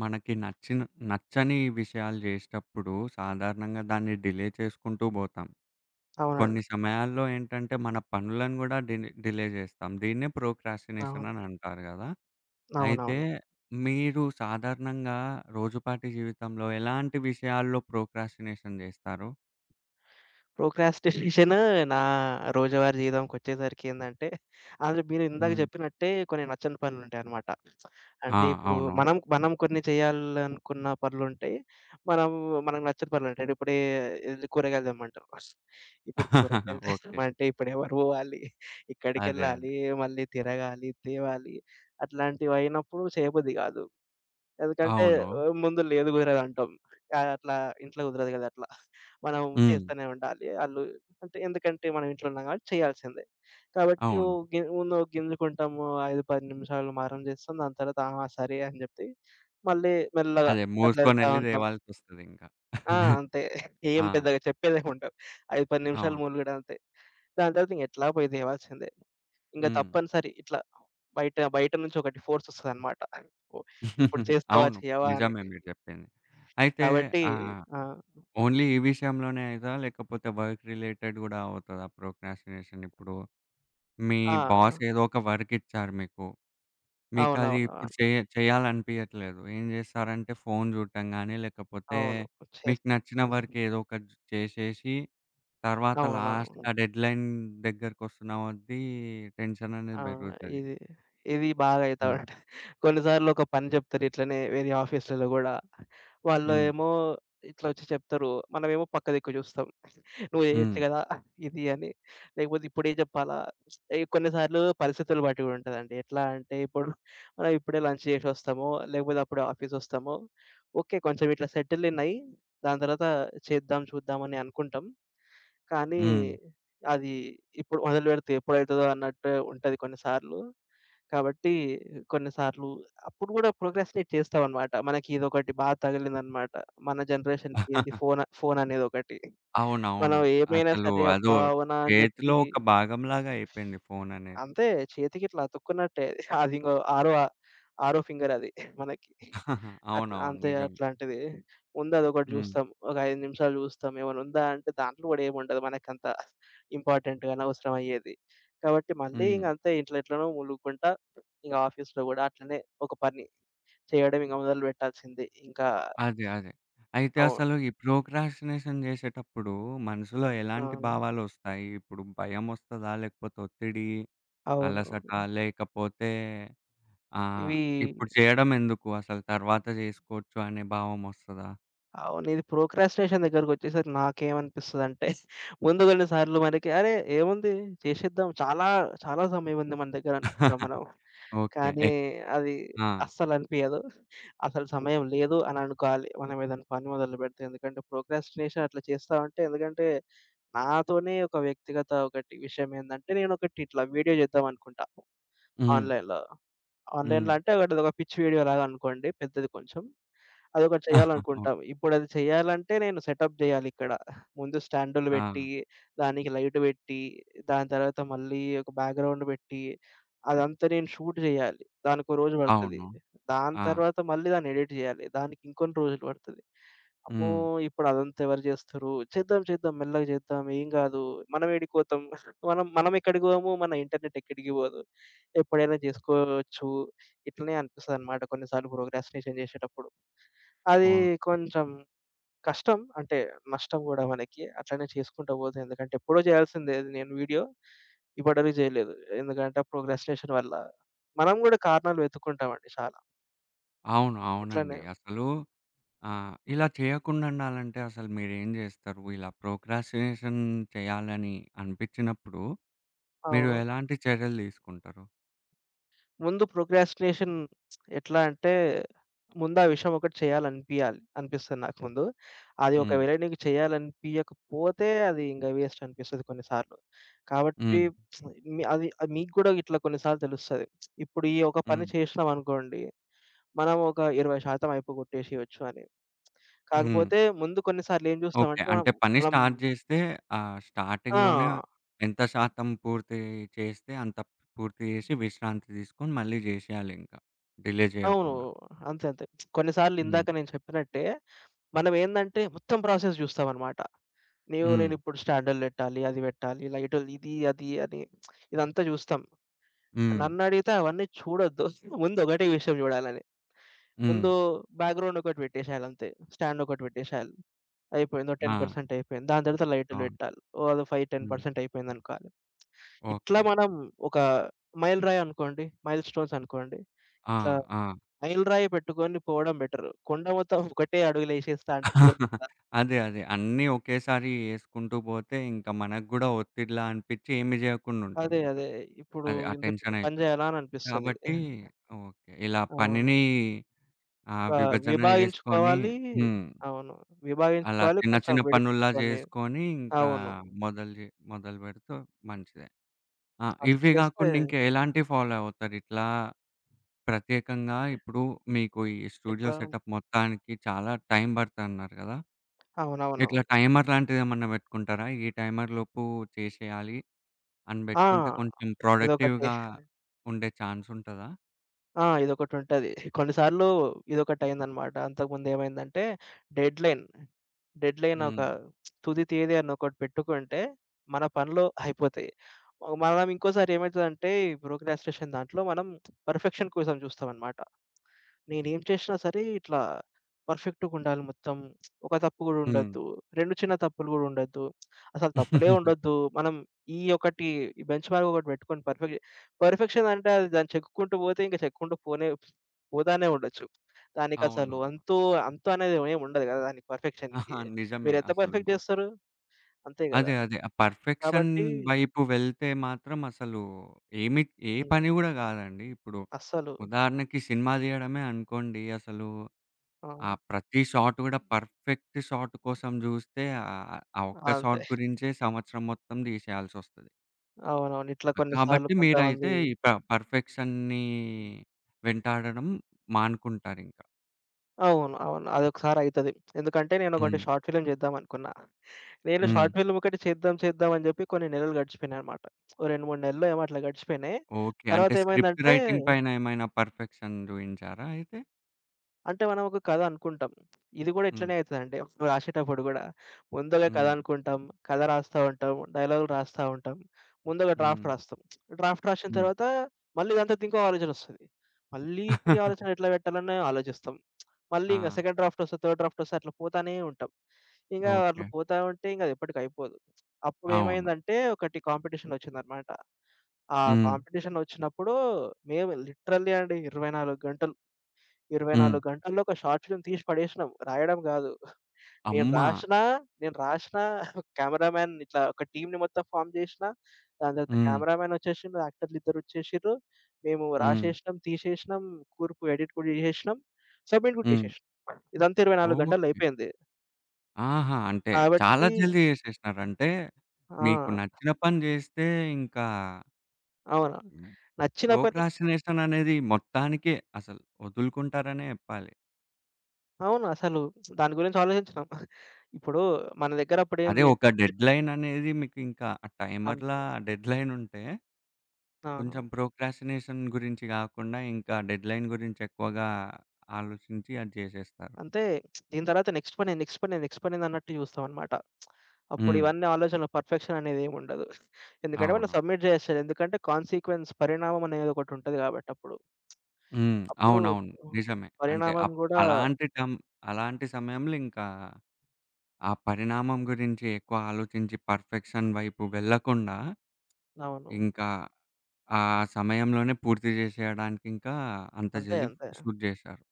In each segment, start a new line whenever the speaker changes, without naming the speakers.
మనకి నచ్చిన నచ్చని విషయాలు జేసేటప్పుడు సాధారణంగా దాన్ని డిలే చేసుకుంటూ బోతాం. కొన్ని
అవునండి.
సమయాల్లో ఏంటంటే, మన పనులను గూడా డిలే డిలే జేస్తాం. దీన్నే ప్రోక్రాస్టినేషన్
అవును.
అని అంటారు గదా! అయితే
అవునవును.
మీరు సాధారణంగా రోజుపాటి జీవితంలో ఎలాంటి విషయాల్లో ప్రోక్రాస్టినేషన్ జేస్తారు?
ప్రోక్రాస్టినేషన్ నా రోజువారీ జీవితంకొచ్చేసరికి ఏందంటే, అందులో మీరు ఇందాక
హ్మ్.
చెప్పినట్టే కొన్ని నచ్చని పనులుంటాయనమాట.
ఆ!
అంటే ఇప్పుడు
అవును.
మనం మనం కొన్ని చేయాలనుకున్న పనులుంటాయి. మనం మనకు నచ్చని పనులుంటాయి. అంటే ఇప్పుడే ఎళ్లి కూరగాయలు తెమ్మంటారు. ఇప్పుడు కూరగాయలు
ఓకే.
తెస్తామంటే ఇప్పుడెవరు పోవాలి?
అదే. అదే.
ఇక్కడికెళ్ళాలి, మళ్ళీ తిరగాలి, తేవాలి అట్లాంటివయినప్పుడు చేయబుద్ధి కాదు. ఎందుకంటే
అవును.
ముందు లేదు కుదరదంటాం. అట్లా ఇంట్లో కుదరదు కదా! అట్లా. మనం
హ్మ్.
చేస్తూనే ఉండాలి. ఆళ్ళు అంటే ఎందుకంటే మనం ఇంట్లో ఉన్నాం కాబట్టి చేయాల్సిందే. కాబట్టి ఓ
అవును.
గి ముందు గింజుకుంటాము. 5, 10 నిమిషాలు మారం చేస్తాం. దాని తర్వాత ఆహా! సరే అని చెప్పి మళ్ళీ మెల్లగా
అదే.
అట్లా వెళ్తా
మోసుకొనెళ్లి
ఉంటాం.
తేవాల్సొస్తదింకా.
ఆ! అంతే. ఏం
ఆ!
పెద్దగా చెప్పేదేముండదు. 5, 10 నిమిషాలు
అవును.
మూలుగుడు అంతే. దాని తర్వాత ఇంక ఎట్లా పోయి తేవాల్సిందే. ఇంక
హ్మ్.
తప్పనిసరి ఇట్లా బయట బయట నుంచి ఒకటి ఫోర్స్ వస్తదనమాట. ఓహ్! ఇప్పుడు చేస్తావా?
అవును.
చెయ్యవా? అని.
నిజమే మీరు చెప్పింది. అయితే
కాబట్టి
ఆహ్,
ఆ!
ఓన్లీ ఈ విషయంలోనే అయితదా? లేకపోతే వర్క్ రిలేటెడ్ గూడా అవుతదా ప్రోక్రాస్టినేషన్? ఇప్పుడు మీ బాస్
ఆ!
ఏదో ఒక వర్క్ ఇచ్చారు మీకు. మీకది
అవునవును.
ఇప్పుడు
అవును.
చేయాలనిపియట్లేదు. ఏం చేస్తారంటే ఫోను చూడటం గానీ, లేకపోతే
అవును.
మీకు
చేస్తాం.
నచ్చిన
హ్మ్.
వర్క్ ఏదో ఒకటి చేసేసి, తర్వాత లాస్ట్
అవునవును.
ఆ డెడ్‌లైన్ దగ్గరకొస్తున్న కొద్దీ టెన్షన్ అనేది
ఆ!
పెరుగుతది.
ఇది, ఇది బాగా అయితా
హ్మ్.
ఉంటది. కొన్నిసార్లు ఒక పని జెప్తారు ఇట్లనే వేరే ఆఫీస్‌లలో గూడా. వాళ్ళు
హ్మ్.
ఏమో ఇట్లా ఒచ్చి చెప్తారు. మనమేమో పక్క దిక్కు జూస్తాం. నువ్వు చేయొచ్చు
హ్మ్.
కదా! ఇది అని. లేకపోతే ఇప్పుడే చెప్పాలా? ఈ కొన్నిసార్లు పరిస్థితులు బట్టి కూడా ఉంటదండి. ఎట్లా అంటే ఇప్పుడు మనం ఇప్పుడే లంచ్ చేసొస్తాము. లేకపోతే అప్పుడే ఆఫీసొస్తాము. ఓకే. కొంచెం ఇట్లా సెటిల్ ఇన్ అయ్యి దాని తర్వాత చేద్దాం, చూద్దాం అని అనుకుంటాం. కానీ
హ్మ్.
అది ఇప్పుడు మొదలుపెడితే ఎప్పుడైతదో అన్నట్టు ఉంటది కొన్నిసార్లు. కాబట్టి కొన్నిసార్లు అప్పుడు గూడా ప్రోక్రాస్టినేట్ చేస్తామనమాట. మనకి ఇదొకటి బా తగిలిందనమాట. మన జనరేషన్‌కి ఏంది ఫోను ఫోననేదొకటి. మనం
అవునవును.
ఏమైనా
అసలు
సరే
అదో
అబ్బా! అవునా అని
చేతిలో
జెప్పి
ఒక భాగంలాగా అయిపోయింది ఫోననేది.
అంతే చేతికిట్లా అతుక్కున్నట్టే. అది ఇంగో ఆరో ఆరో ఫింగర్ అది మనకి. అట్లా
అవునవును.
అంతే
నిజమే.
అట్లాంటిది. ముందు అదొకటి
హ్మ్.
జూస్తాం. ఒక 5 నిమిషాలు జూస్తాం. ఏమన్నుందా అంటే దాంట్లో గూడా ఏముండదు మనకంత ఇంపార్టెంట్ అనవసరం అయ్యేది. కాబట్టి మళ్ళీ
హ్మ్.
ఇంగ అంతే ఇట్లా ఎట్లనో ములుగుకుంటా ఇంగ ఆఫీస్‌లో గూడా అట్లనే ఒక పని చేయడం ఇంగ మొదలు పెట్టాల్సిందే. ఇంకా
అదే. అదే. అయితే
అవును.
అసలు ఈ ప్రోక్రాస్టినేషన్ జేసేటప్పుడు మనసులో ఎలాంటి
అవును.
భావాలొస్తాయి? ఇప్పుడు భయమొస్తదా? లేకపోతే ఒత్తిడి, అలసట
అవునవును.
లేకపోతే ఆహ్,
ఇవి
ఇప్పుడు చేయడం ఎందుకు అసలు తర్వాత జేసుకోవచ్చు అనే భావమొస్తదా?
అవును. ఇది ప్రోక్రాస్టినేషన్ దగ్గరకొచ్చేసరికి నాకేమనిపిస్తదంటే, ముందు కొన్ని సార్లు మనకి అరే! ఏముంది చేసేద్దాం. చాలా చాలా సమయముంది మన దగ్గర అనుకుంటాం మనం.
ఓకే.
కానీ అది
ఆ!
అస్సలనిపియదు. అసలు సమయం లేదు అని అనుకోవాలి. మనం ఏదైనా పని మొదలుపెడితే. ఎందుకంటే ప్రోక్రాస్టినేషన్ అట్లా చేస్తా ఉంటే ఎందుకంటే నాతోనే ఒక వ్యక్తిగత ఒకటి విషయం ఏందంటే, నేనొకటి ఇట్లా వీడియో చేద్దాం అనుకుంటా
హ్మ్.
ఆన్‌లైన్‌లో.
హ్మ్.
ఆన్‌లైన్‌లో అంటే ఒకటి ఒక పిచ్ వీడియో లాగా అనుకోండి పెద్దది కొంచెం. అదొకటి చేయాలనుకుంటాం.
ఓకే.
ఇప్పుడది చేయాలంటే నేను సెటప్ జేయాలిక్కడ. ముందు స్టాండులు
ఆ!
పెట్టి, దానికి లైట్ పెట్టి, దాని తర్వాత మళ్ళీ ఒక బ్యాక్‌గ్రౌండ్ పెట్టి, అదంతా నేను షూట్ జేయాలి. దానికో రోజు పడతది.
అవును.
దాని
ఆ!
తర్వాత మళ్ళీ దాన్ని ఎడిట్ జేయాలి. దానికి ఇంకొన్ని రోజులు పడతది. అమ్మో!
హ్మ్.
ఇప్పుడదంతా ఎవరు జేస్తుర్రు? చేద్దాం, చేద్దాం మెల్లగా చేద్దాం. ఏం గాదు. మనం ఏడికి పోతాం? మనం మనం ఎక్కడికి పోము. మన ఇంటర్నెట్ ఎక్కడికి పోదు. ఎప్పుడైనా జేసుకోవచ్చు. ఇట్లనే అనిపిస్తదనమాట కొన్నిసార్లు ప్రోగ్రాస్టినేషన్ జేసేటప్పుడు. అది
ఓహ్!
కొంచెం కష్టం. అంటే నష్టం గూడా మనకి. అట్లనే చేసుకుంటా పోతే ఎందుకంటే ఎప్పుడో చేయాల్సిందే అది నేను వీడియో. ఇప్పటివరకు చేయలేదు. ఎందుకంటే ఆ ప్రోక్రాస్టినేషన్ వల్ల మనం గూడా కారణాలు వెతుక్కుంటామండి చాలా.
అవును.
ఇట్లనే
అవునండి. అసలు ఇలా చేయకుండా ఉండాలంటే అసలు మీరేం జేస్తారు? ఇలా ప్రోక్రాస్టినేషన్ చేయాలని అనిపిచ్చినప్పుడు మీరు
అవును.
ఎలాంటి చర్యలు తీసుకుంటారు?
ముందు ప్రోక్రాస్టినేషన్ ఎట్లా అంటే, ముందు ఆ విషయం ఒకటి చేయాలనిపియాలి. అనిపిస్తది నాకు ముందు. అది
హ్మ్.
ఒకవేళ నీకు చేయాలనిపియకపోతే అది ఇంక వేస్ట్ అనిపిస్తది కొన్నిసార్లు. కాబట్టి
హ్మ్.
మీ అది అది మీకు గూడా ఇట్లా కొన్నిసార్లు తెలుస్తది. ఇప్పుడు ఈ ఒక పని
హ్మ్.
చేసినామనుకోండి, మనం ఒక 20% అయిపోగొట్టేసేయొచ్చు అని.
హ్మ్.
కాకపోతే ముందు కొన్నిసార్లు ఏం
ఓకే.
జూస్తామంటే మనం
అంటే పని
మనం
స్టార్ట్ జేస్తే స్టార్టింగ్‌లోనే
ఆ!
ఎంత శాతం పూర్తి చేస్తే అంత పూర్తి జేసి విశ్రాంతి తీసుకొని మళ్ళీ జేసేయాలింకా. డిలే
అవును.
జేయకుండా.
అంతే. అంతే. కొన్నిసార్లు
హ్మ్.
ఇందాక నేను చెప్పినట్టే మనమేందంటే మొత్తం ప్రాసెస్ జూస్తామనమాట. నీవు
హ్మ్.
నేనిప్పుడు స్టాండర్డ్ పెట్టాలి, అది పెట్టాలి, లైటులు ఇది, అది అని ఇదంతా చూస్తాం.
హ్మ్.
నన్నడిగితే అవన్నీ చూడొద్దు. ముందు ఒకటే విషయం చూడాలని.
హ్మ్.
ముందు బ్యాక్‌గ్రౌండ్ ఒకటి పెట్టేసేయాలంతే. స్టాండ్ ఒకటి పెట్టేసేయాలి. అయిపోయింది. ఓ
ఆ!
10% అయిపోయింది. దాని తర్వాత లైటులు
అవును.
పెట్టాలి. ఓ అది 5,
హ్మ్.
10% అయిపోయిందనుకోవాలి. ఇట్లా
ఓకే.
మనం ఒక మైలురాయి అనుకోండి, మైల్‌స్టోన్స్ అనుకోండి.
ఆ!
ఇట్లా
ఆ!
మైలురాయి పెట్టుకొని పోవడం బెటరు. కొండ మొత్తం ఒకటే అడుగులేసేస్తా అంటే కుదరదిట్లా.
అదే. అదే. అన్నీ ఒకేసారి యేసుకుంటూ పోతే ఇంక మనకు గూడా ఒత్తిడిలా అనిపిచ్చి ఏమి
అదే.
జేయకుండుంటామింక.
అదే. ఇప్పుడు
అదే ఆ
ఇంత పెద్ద పని
టెన్షనయిపోయి.
చేయాలా అని అనిపిస్తది.
కాబట్టి ఓకే. ఇలా
అవును.
పనిని
ఆ!
విభజన జేసుకొని
విభాగించుకోవాలి.
హ్మ్.
అవును.
అలా
విభాగించుకోవాలి,
చిన్న
కొంచెం
చిన్న పనుల్లా
విడిపించుకొని.
జేసుకొని ఇంకా
అవును.
మొదలు జే మొదలు పెడితే మంచిదే. ఆ!
అట్లా
ఇవి
చేస్తే
గాకుండా ఇంకా ఎలాంటివి ఫాలో అవుతారు? ఇట్లా ప్రత్యేకంగా ఇప్పుడు మీకు ఈ స్టూడియో
ఇట్లా
సెటప్ మొత్తానికి చాలా టైం బడతదన్నారు గదా! ఇట్లా
అవునవునవును.
టైమర్ లాంటిదేమన్నా పెట్టుకుంటారా? ఈ టైమర్ లోపు చేసేయాలి అని
ఆ!
పెట్టుకుంటే కొంచెం
ఇదొకటి.
ప్రొడక్టివ్‌గా ఉండే ఛాన్స్ ఉంటదా?
ఆ! ఇదొకటుంటది. కొన్నిసార్లు ఇదొకటయిందనమాట. అంతకుముందేమైందంటే డెడ్‌లైన్, డెడ్‌లైన్ ఒక
హ్మ్.
తుది తేదీ అని ఒకటి పెట్టుకుంటే మన పనులు అయిపోతాయి. మనం ఇంకోసారి ఏమైతదంటే ఈ ప్రోక్రాస్టినేషన్ దాంట్లో మనం పర్ఫెక్షన్ కోసం చూస్తామనమాట. నేనేం చేషినా సరే ఇట్లా పర్ఫెక్ట్‌గుండాలి మొత్తం. ఒక తప్పు గూడా
హ్మ్.
ఉండొద్దు. 2 చిన్న తప్పులు గూడా ఉండొద్దు. అసలు తప్పులే ఉండొద్దు. మనం ఈ ఒకటి ఈ బెంచ్ మార్క్ ఒకటి బెట్టుకొని పర్ఫెక్ట్ పర్ఫెక్షన్ అంటే అది దాన్ని చెక్కుకుంటూ బోతే ఇంక చెక్కుకుంటూ పోనే పోతానే ఉండొచ్చు. దానికసలు
అవునవును.
అంతు, అంతు అనేది ఏం ఉండదు గదా! దానికి పర్ఫెక్షన్‌కి.
ఆహా! నిజమే
మీరెంత
అసలు.
పర్ఫెక్ట్ జేస్తారు అంతే గదా!
అదే. అదే. ఆ పర్ఫెక్షన్
కాబట్టి
వైపు వెళ్తే మాత్రం అసలు ఏమి ఏ
హ్మ్.
పని గూడా కాదండి. ఇప్పుడు
అస్సలు.
ఉదాహరణకి సినిమా తీయడమే అనుకోండి. అసలు
ఆ!
ఆ ప్రతి షాట్ గూడా పర్ఫెక్ట్ షాట్ కోసం జూస్తే ఆ ఒక్క
అంతే.
షాట్ గురించే సంవత్సరం మొత్తం తీసేయాల్సొస్తది.
అవునవును. ఇట్లా కొన్ని సార్లు
కాబట్టి
కొంతమంది
మీరైతే ఈ పర్ఫెక్షన్‌ని వెంటాడడం మానుకుంటారింక.
అవును. అవును. అదొకసారి అయితది. ఎందుకంటే నేనొకటి
హ్మ్.
షార్ట్ ఫిల్మ్ చేద్దామనుకున్నా. నేను
హ్మ్.
షార్ట్ ఫిల్మ్ ఒకటి చేద్దాం, చేద్దాం అని చెప్పి కొన్ని నెలలు గడిచిపోయినాయన్నమాట. ఓ 2, 3 నెలలు ఏమో అట్లా గడిచిపోయినాయి.
ఓకే.
తర్వాత
అంటే స్క్రిప్ట్
ఏమైందంటే,
రైటింగ్ పైన ఏమైనా పర్ఫెక్షన్ చూయించారా అయితే?
అంటే మనం ఒక కథ అనుకుంటాం. ఇది కూడా
హ్మ్.
ఇట్లనే అయితదండి. రాసేటప్పుడు గూడా. ముందుగా కథ
హ్మ్.
అనుకుంటాం. కథ రాస్తా ఉంటాం. డైలాగులు రాస్తా ఉంటాం. ముందుగా
హ్మ్.
డ్రాఫ్ట్ రాస్తాం. డ్రాఫ్ట్ రాసిన
హ్మ్.
తర్వాత మళ్ళీ దాని తర్వాత ఇంకో ఆలోచనొస్తది. మళ్ళీ ఇప్పుడు ఈ ఆలోచన ఎట్లా పెట్టాలని ఆలోచిస్తాం. మళ్ళీ
ఆ!
ఇంక సెకండ్ డ్రాఫ్ట్ వస్తది, థర్డ్ డ్రాఫ్ట్ వస్తది అట్లా పోతానే ఉంటాం. ఇంగా అట్లా
ఓకే.
పోతా ఉంటే ఇంక అది ఎప్పటికయిపోదు.
అవును.
అప్పుడేమైందంటే ఒకటి కాంపిటీషనొచ్చిందనమాట. ఆ
హ్మ్.
కాంపిటీషనొచ్చినప్పుడు మేము లిటరల్లీ అండి 24 గంటలు,
హ్మ్.
24 గంటల్లో ఒక షార్ట్ ఫిల్మ్ తీసి పడేసినాం. రాయడం గాదు. నేను
అమ్మ!
రాసినా, నేను రాసినా కెమెరామాన్ ఇట్లా ఒక టీమ్‌ని మొత్తం ఫార్మ్ జేసినా. దాని తర్వాత
హ్మ్.
కెమెరామానొచ్చేసిండు. యాక్టర్లిద్దరొచ్చేసిర్రు. మేము
హ్మ్.
రాసేసినాం, తీసేసినాం, కూర్పు ఎడిట్ కూడా జేసేసినాం. సబ్మిట్ గూడా
హ్మ్.
జేసేసినాం. ఇదంతా 24 గంటల్లో
ఓకే.
అయిపోయింది.
ఆహా! అంటే చాలా
కాబట్టి
జల్దీ చేసేసినారు. అంటే మీకు
ఆ!
నచ్చిన పని చేస్తే ఇంకా
అవును. నచ్చిన పని
ప్రోక్రాస్టినేషన్ అనేది మొత్తానికి అసలు వదులుకుంటారనే చెప్పాలి.
అవును. అసలు దాని గురించి ఆలోచించను. ఇప్పుడు మన దగ్గర
అదే
అప్పుడేంది
ఒక డెడ్‌లైన్ అనేది మీకింకా ఆ టైమర్‌లా
అంతే.
డెడ్‌లైన్ ఉంటే,
ఆ!
కొంచెం ప్రోక్రాస్టినేషన్ గురించి గాకుండా, ఇంకా డెడ్‌లైన్ గురించి ఎక్కువగా ఆలోచించి అది జేసేస్తారు.
అంతే దీని తర్వాత నెక్స్ట్ పని నెక్స్ట్ పని నెక్స్ట్ పని అన్నట్టు చూస్తామన్నమాట. అప్పుడు
హ్మ్.
ఇవన్నీ ఆలోచనలు పర్ఫెక్షన్ అనేది ఏమి ఉండదు. ఎందుకంటే మనం
అవును.
సబ్మిట్ చేసేయాలి. ఎందుకంటే కాన్సీక్వెన్స్ పరిణామం అనేది ఒకటి ఉంటది కాబట్టి అప్పుడు.
హ్మ్.
అప్పుడు
అవునవును. నిజమే. అంటే
పరిణామం కూడా
అలాంటి టైం అలాంటి సమయంలో ఇంకా ఆ పరిణామం గురించి ఎక్కువ ఆలోచించి పర్ఫెక్షన్ వైపు వెళ్ళకుండా,
అవును.
ఇంకా ఆ సమయంలోనే పూర్తి జేసేయడానికి ఇంకా అంత
అంతే.
జల్ది
అంతే.
షూట్ జేశారు.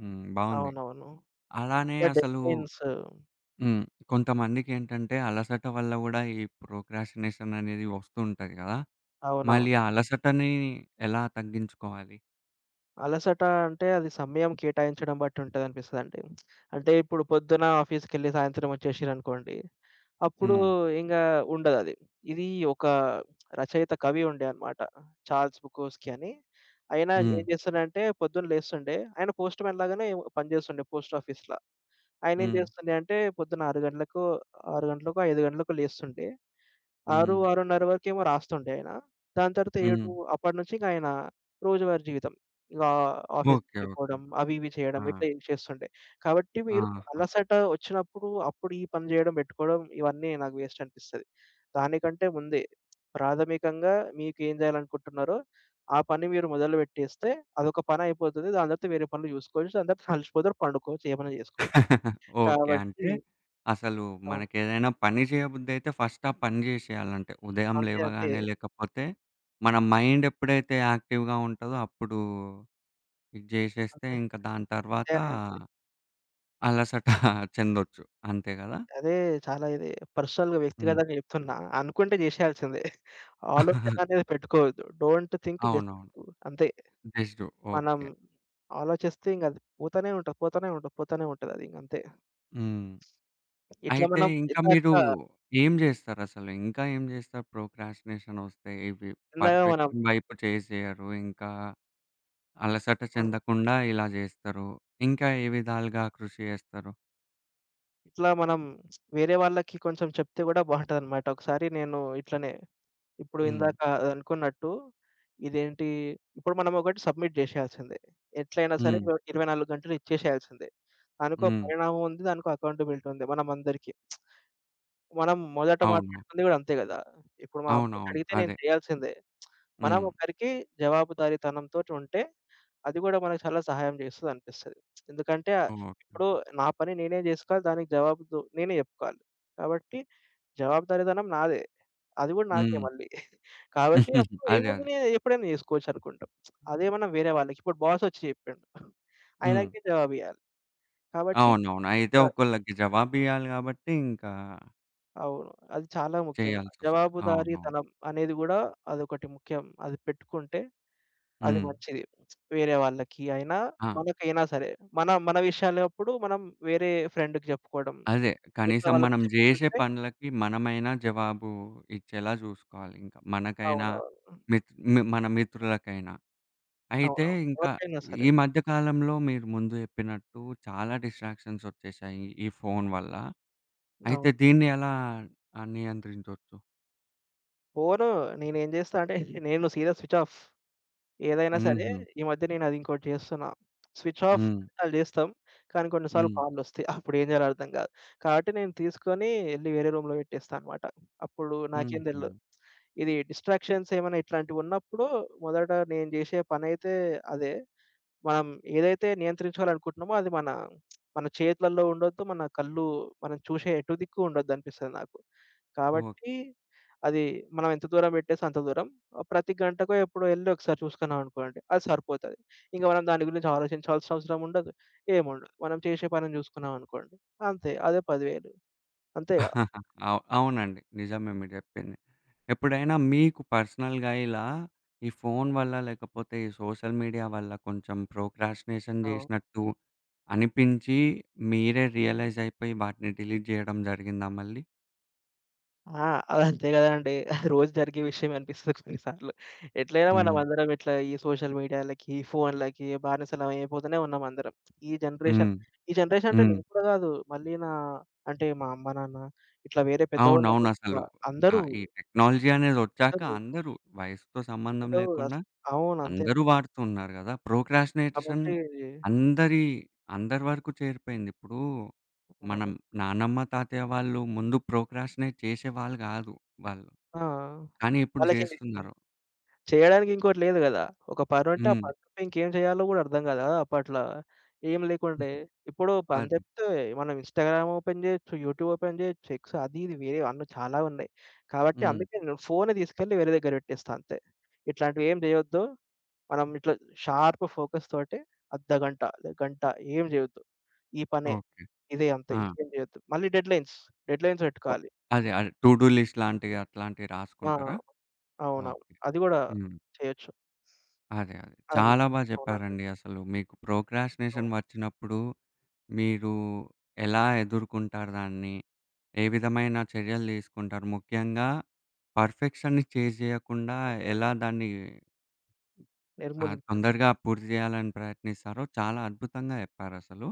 హ్మ్. బావుంది.
అవునవును.
అలానే
ఇట్లా
అసలు
డెడ్‌లైన్స్
హ్మ్. కొంతమందికేంటంటే అలసట వల్ల గూడా ఈ ప్రోక్రాస్టినేషన్ అనేది వస్తూ ఉంటది గదా! మళ్ళీ
అవునవును.
ఆ అలసటని ఎలా తగ్గించుకోవాలి?
అలసట అంటే అది సమయం కేటాయించడం బట్టి ఉంటదనిపిస్తదండి. అంటే ఇప్పుడు పొద్దున ఆఫీస్‌కెళ్ళి సాయంత్రం వచ్చేసిరనుకోండి, అప్పుడు
హ్మ్.
ఇంగ ఉండదది. ఇది ఒక రచయిత కవి ఉండే అనమాట. 'చార్ల్స్ బుకోస్కి' అని. ఆయన
హ్మ్.
ఏం చేస్తుండంటే పొద్దున లేస్తుండే, ఆయన పోస్ట్‌మ్యాన్ లాగానే పని చేస్తుండే పోస్ట్ ఆఫీస్‌ల. ఆయనేం
హ్మ్.
చేస్తుండే అంటే పొద్దున 6 గంటలకు, 6 గంటలకో, 5 గంటలకో లేస్తుండే. 6,
హ్మ్.
6:30 వరకేమో రాస్తుండే ఆయన. దాని తర్వాత
హ్మ్.
7 అప్పటి నుంచి ఇంక ఆయన రోజువారీ జీవితం. ఇక
ఓకే. ఓకే.
ఆఫీస్‌కెళ్ళిపోవడం, అవి ఇవి
ఆ!
చేయడం ఇట్లా ఏం చేస్తుండే. కాబట్టి మీరు
ఆహా!
అలసట వచ్చినప్పుడు అప్పుడు ఈ పని చేయడం పెట్టుకోవడం ఇవన్నీ నాకు వేస్ట్ అనిపిస్తది. దానికంటే ముందే ప్రాథమికంగా మీకేం చేయాలనుకుంటున్నారో ఆ పని మీరు మొదలుపెట్టేస్తే అదొక పని అయిపోతది. దాని తర్వాత వేరే పనులు చూసుకోవచ్చు. దాని తర్వాత అలసిపోతారు, పండుకోవచ్చు, ఏమైనా చేసుకోవచ్చు.
ఓకే.
కాబట్టి
అంటే అసలు
అవును.
మనకేదైనా పని చేయబుద్దయితే ఫస్ట్ ఆ పని జేసేయాలంటే. ఉదయం
అంతే అంతే.
లేవగానే లేకపోతే మన మైండ్ ఎప్పుడైతే యాక్టివ్‌గా ఉంటదో అప్పుడు ఇది జేసేస్తే
అంతే
ఇంక దాని
అంతే
తర్వాత
అండి.
అలసట చెందొచ్చు. అంతే గదా!
అదే చాలా ఇది పర్సనల్‌గా
హ్మ్.
వ్యక్తిగతంగా చెప్తున్నా. అనుకుంటే చేసేయాల్సిందే. ఆలోచన అనేది పెట్టుకోవద్దు. డోంట్ థింక్ జస్ట్
అవునవును.
డూ. అంతే.
జస్ట్
మనం
ఓకే.
ఆలోచిస్తే ఇంక అది పోతనే ఉంటది. పోతనే ఉంటది. పోతనే ఉంటదది ఇంకంతే.
హ్మ్.
ఇట్లా
అయితే
మనం
ఇంకా
ఇందాక
మీరు ఏం జేస్తారసలు? ఇంకా ఏం జేస్తారు ప్రోక్రాస్టినేషన్ ఒస్తే? ఇవి
ఇందాక మనం
పర్ఫెక్షన్ వైపు చేసేయరు. ఇంకా అలసట
అవును.
చెందకుండా ఇలా జేస్తారు. ఇంకా ఏ విధాలుగా కృషి జేస్తారు?
ఇట్లా మనం వేరే వాళ్ళకి కొంచెం చెప్తే గూడా బావుంటదనమాట. ఒకసారి నేను ఇట్లనే ఇప్పుడు
హ్మ్.
ఇందాక అనుకున్నట్టు ఇదేంటి ఇప్పుడు మనం ఒకటి సబ్మిట్ చేసేయాల్సిందే. ఎట్లైనా సరే
హ్మ్.
ఇర 24 గంటలు ఇచ్చేసేయాల్సిందే. దానికో
హ్మ్.
పరిణామం ఉంది. దానికో అకౌంటబిలిటీ ఉంది మనందరికీ. మనం మొదట
అవును.
మాట్లాడుకుంది గూడా అంతే గదా! ఇప్పుడు మా
అవునవును.
అమ్మకడిగితే నేను
అదే.
చేయాల్సిందే. మనం
హ్మ్.
ఒకరికి జవాబుదారీతనంతోటి ఉంటే అది గూడా మనకు చాలా సహాయం చేస్తదనిపిస్తది. ఎందుకంటే
ఓకే.
ఇప్పుడు నా పని నేనే జేసుకోవాలి. దానికి జవాబు దు- నేనే జెప్పుకోవాలి. కాబట్టి జవాబుదారీతనం నాదే. అది గూడా నాకే
హ్మ్.
మళ్ళీ. కాబట్టి అప్పుడు
అదే.
ఏముంది
అదే.
నే ఎప్పుడైనా జేసుకోవచ్చనుకుంటాం. అదే మనం వేరే వాళ్ళకి ఇప్పుడు బాసొచ్చి జెప్పిండు.
హ్మ్.
ఆయనకి జవాబియ్యాలి. కాబట్టి
అవునవును. అయితే
ఇట్లా
ఒకళ్ళకి జవాబియ్యాలి గాబట్టి ఇంకా
అవును. అది చాలా ముఖ్యం.
చేయాల్సొస్తది. అవునవును.
జవాబుదారీతనం అనేది గూడా అదొకటి ముఖ్యం. అది పెట్టుకుంటే అది
హ్మ్.
మంచిది. వేరే వాళ్ళకి అయినా,
ఆ!
మనకైనా సరే. మన మన విషయాలప్పుడు మనం వేరే ఫ్రెండ్‌కి జెప్పుకోవడం.
అదే.
ఇట్లా
కనీసం
వాళ్ళకి
మనం జేసే
చెప్పుకుంటే
పనులకి మనమైనా జవాబు ఇచ్చేలా జూసుకోవాలి. ఇంకా మనకైనా,
అవునవును.
మిత్ మి మన మిత్రులకైనా. అయితే
అవునవును.
ఇంకా
ఎవరికైనా సరే.
ఈ మధ్య కాలంలో మీరు ముందు చెప్పినట్టు చాలా డిస్ట్రాక్షన్స్ వచ్చేసాయి ఈ ఫోను వల్ల. అయితే
అవును.
దీన్ని ఎలా నియంత్రించొచ్చు?
ఫోను నేనేం జేస్తా అంటే నేను సీదా స్విచ్ ఆఫ్. ఏదైనా సరే
హుహు.
ఈ మధ్య నేనది ఇంకోటి జేస్తున్నా. స్విచ్ ఆఫ్
హ్మ్.
కొన్నిసార్లు జేస్తాం. కానీ కొన్ని సార్లు
హ్మ్.
కాల్‌లొస్తాయి. అప్పుడేం జేయాలో అర్థం గాదు. కాబట్టి నేను తీసుకొని ఎళ్లి వేరే రూమ్‌లో పెట్టేస్తా అనమాట. అప్పుడు నాకేం
హుహు.
తెల్దు. ఇది డిస్ట్రాక్షన్స్ ఏమైనా ఇట్లాంటివున్నప్పుడు మొదట నేను జేసే పనైతే అదే. మనం ఏదైతే నియంత్రించుకోవాలనుకుంటున్నామో అది మన మన చేతులలో ఉండొద్దు. మన కళ్ళు మనం చూసే ఎటు దిక్కు ఉండొద్దనిపిస్తది నాకు.
ఓకే.
కాబట్టి అది మనం ఎంత దూరం పెట్టేస్తే అంత దూరం. ప్రతి గంటకో ఎప్పుడో ఎళ్లి ఒకసారి చూసుకున్నామనుకోండి అది సరిపోతది. ఇంక మనం దాని గురించి ఆలోచించాల్సిన అవసరం ఉండదు. ఏముండదు. మనం చేసే పనిని చూసుకున్నామనుకోండి అంతే. అదే 10,000 అంతే
అవునండి. నిజమే మీరు చెప్పింది. ఎప్పుడైనా మీకు పర్సనల్‌గా ఇలా ఈ ఫోను వల్ల లేకపోతే ఈ సోషల్ మీడియా వల్ల కొంచెం ప్రోక్రాస్టినేషన్
కదా!
చేసినట్టు అనిపించి మీరే రియలైజ్ అయిపోయి వాటిని డిలీట్ చేయడం జరిగిందా మళ్ళీ?
ఆ! అదంతే గదండీ. రోజు జరిగే విషయమే అనిపిస్తది కొన్నిసార్లు. ఎట్లైనా
హ్మ్.
మనమందరం ఇట్లా ఈ సోషల్ మీడియాలకి, ఫోన్‌లకి బానిసలం అయిపోతూనే ఉన్నాం అందరం. ఈ జనరేషన్
హ్మ్.
ఈ జనరేషన్ అంటే
హ్మ్.
నేను కూడా గాదు. మళ్ళీ నా అంటే మా అమ్మ, నాన్న ఇట్లా వేరే పెద్దవాళ్ళందరూ
అవునవునసలు.
ఇట్లా
ఆ!
అందరూ
ఈ టెక్నాలజీ అనేదొచ్చాక
అందరూ
అందరూ వయసుతో సంబంధం
అందరూ
లేకుండా
అస్ అవును. అంతే.
అందరూ వాడుతున్నారు గదా! ప్రోక్రాస్టినేషన్
కాబట్టి
అందరి అందరి వరకు చేరిపోయింది. ఇప్పుడు మనం
అవును.
నానమ్మ, తాతయ్య వాళ్ళు ముందు ప్రోక్రాస్టినేట్ చేసేవాళ్ళు గాదు వాళ్ళు.
ఆ!
కానీ ఇప్పుడు
వాళ్ళకి
జేస్తున్నారు.
చేయడానికి ఇంకోటి లేదు గదా! ఒక పనుంటే ఆ
హ్మ్.
పని తప్ప ఇంకేం చేయాలో గూడా అర్థం గాదు గదా! అప్పట్లా. ఏం లేకుండే. ఇప్పుడు పని
అది.
చెప్తే మనం ఇన్‌స్టాగ్రామ్ ఓపెన్ జేయొచ్చు, యూట్యూబ్ ఓపెన్ జేయొచ్చు, ఎక్స్ అది ఇది వేరే అన్ని చాలా ఉన్నాయి. కాబట్టి
హ్మ్.
అందుకే నేను ఫోనే తీసుకెళ్ళి వేరే దగ్గర పెట్టేస్తా అంతే. ఇట్లాంటివి ఏం జేయొద్దు. మనం ఇట్లా షార్ప్ ఫోకస్ తోటి అర్ధ గంట, లే గంట ఏం జేయొద్దు. ఈ పనే.
ఓకే.
ఇదే అంతే.
ఆ!
ఇంకేం జేయొద్దు. మళ్ళీ డెడ్‌లైన్స్. డెడ్‌లైన్స్
ఓహ్!
పెట్టుకోవాలి.
అదే. అదే. టు డు లిస్ట్ లాంటివి అట్లాంటివి
ఆ!
రాసుకుంటారా?
అవునవును.
ఓకే.
అది గూడా
హ్మ్.
చేయొచ్చు.
అదే. అదే.
అది.
చాలా బా
అవునండి.
జెప్పారండి అసలు. మీకు
అవును.
ప్రోక్రాస్టినేషన్ వచ్చినప్పుడు మీరు ఎలా ఎదుర్కుంటారు దాన్ని? ఏ విధమైన చర్యలు తీసుకుంటారు? ముఖ్యంగా పర్ఫెక్షన్‌ని చేజ్ జేయకుండా ఎలా దాన్ని
నిర్మూలించాలి.
తొందరగా పూర్తి జేయాలని ప్రయత్నిస్తారో చాలా అద్భుతంగా జెప్పారసలు.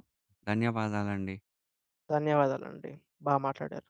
ధన్యవాదాలండి.
ధన్యవాదాలండి. బా మాట్లాడారు.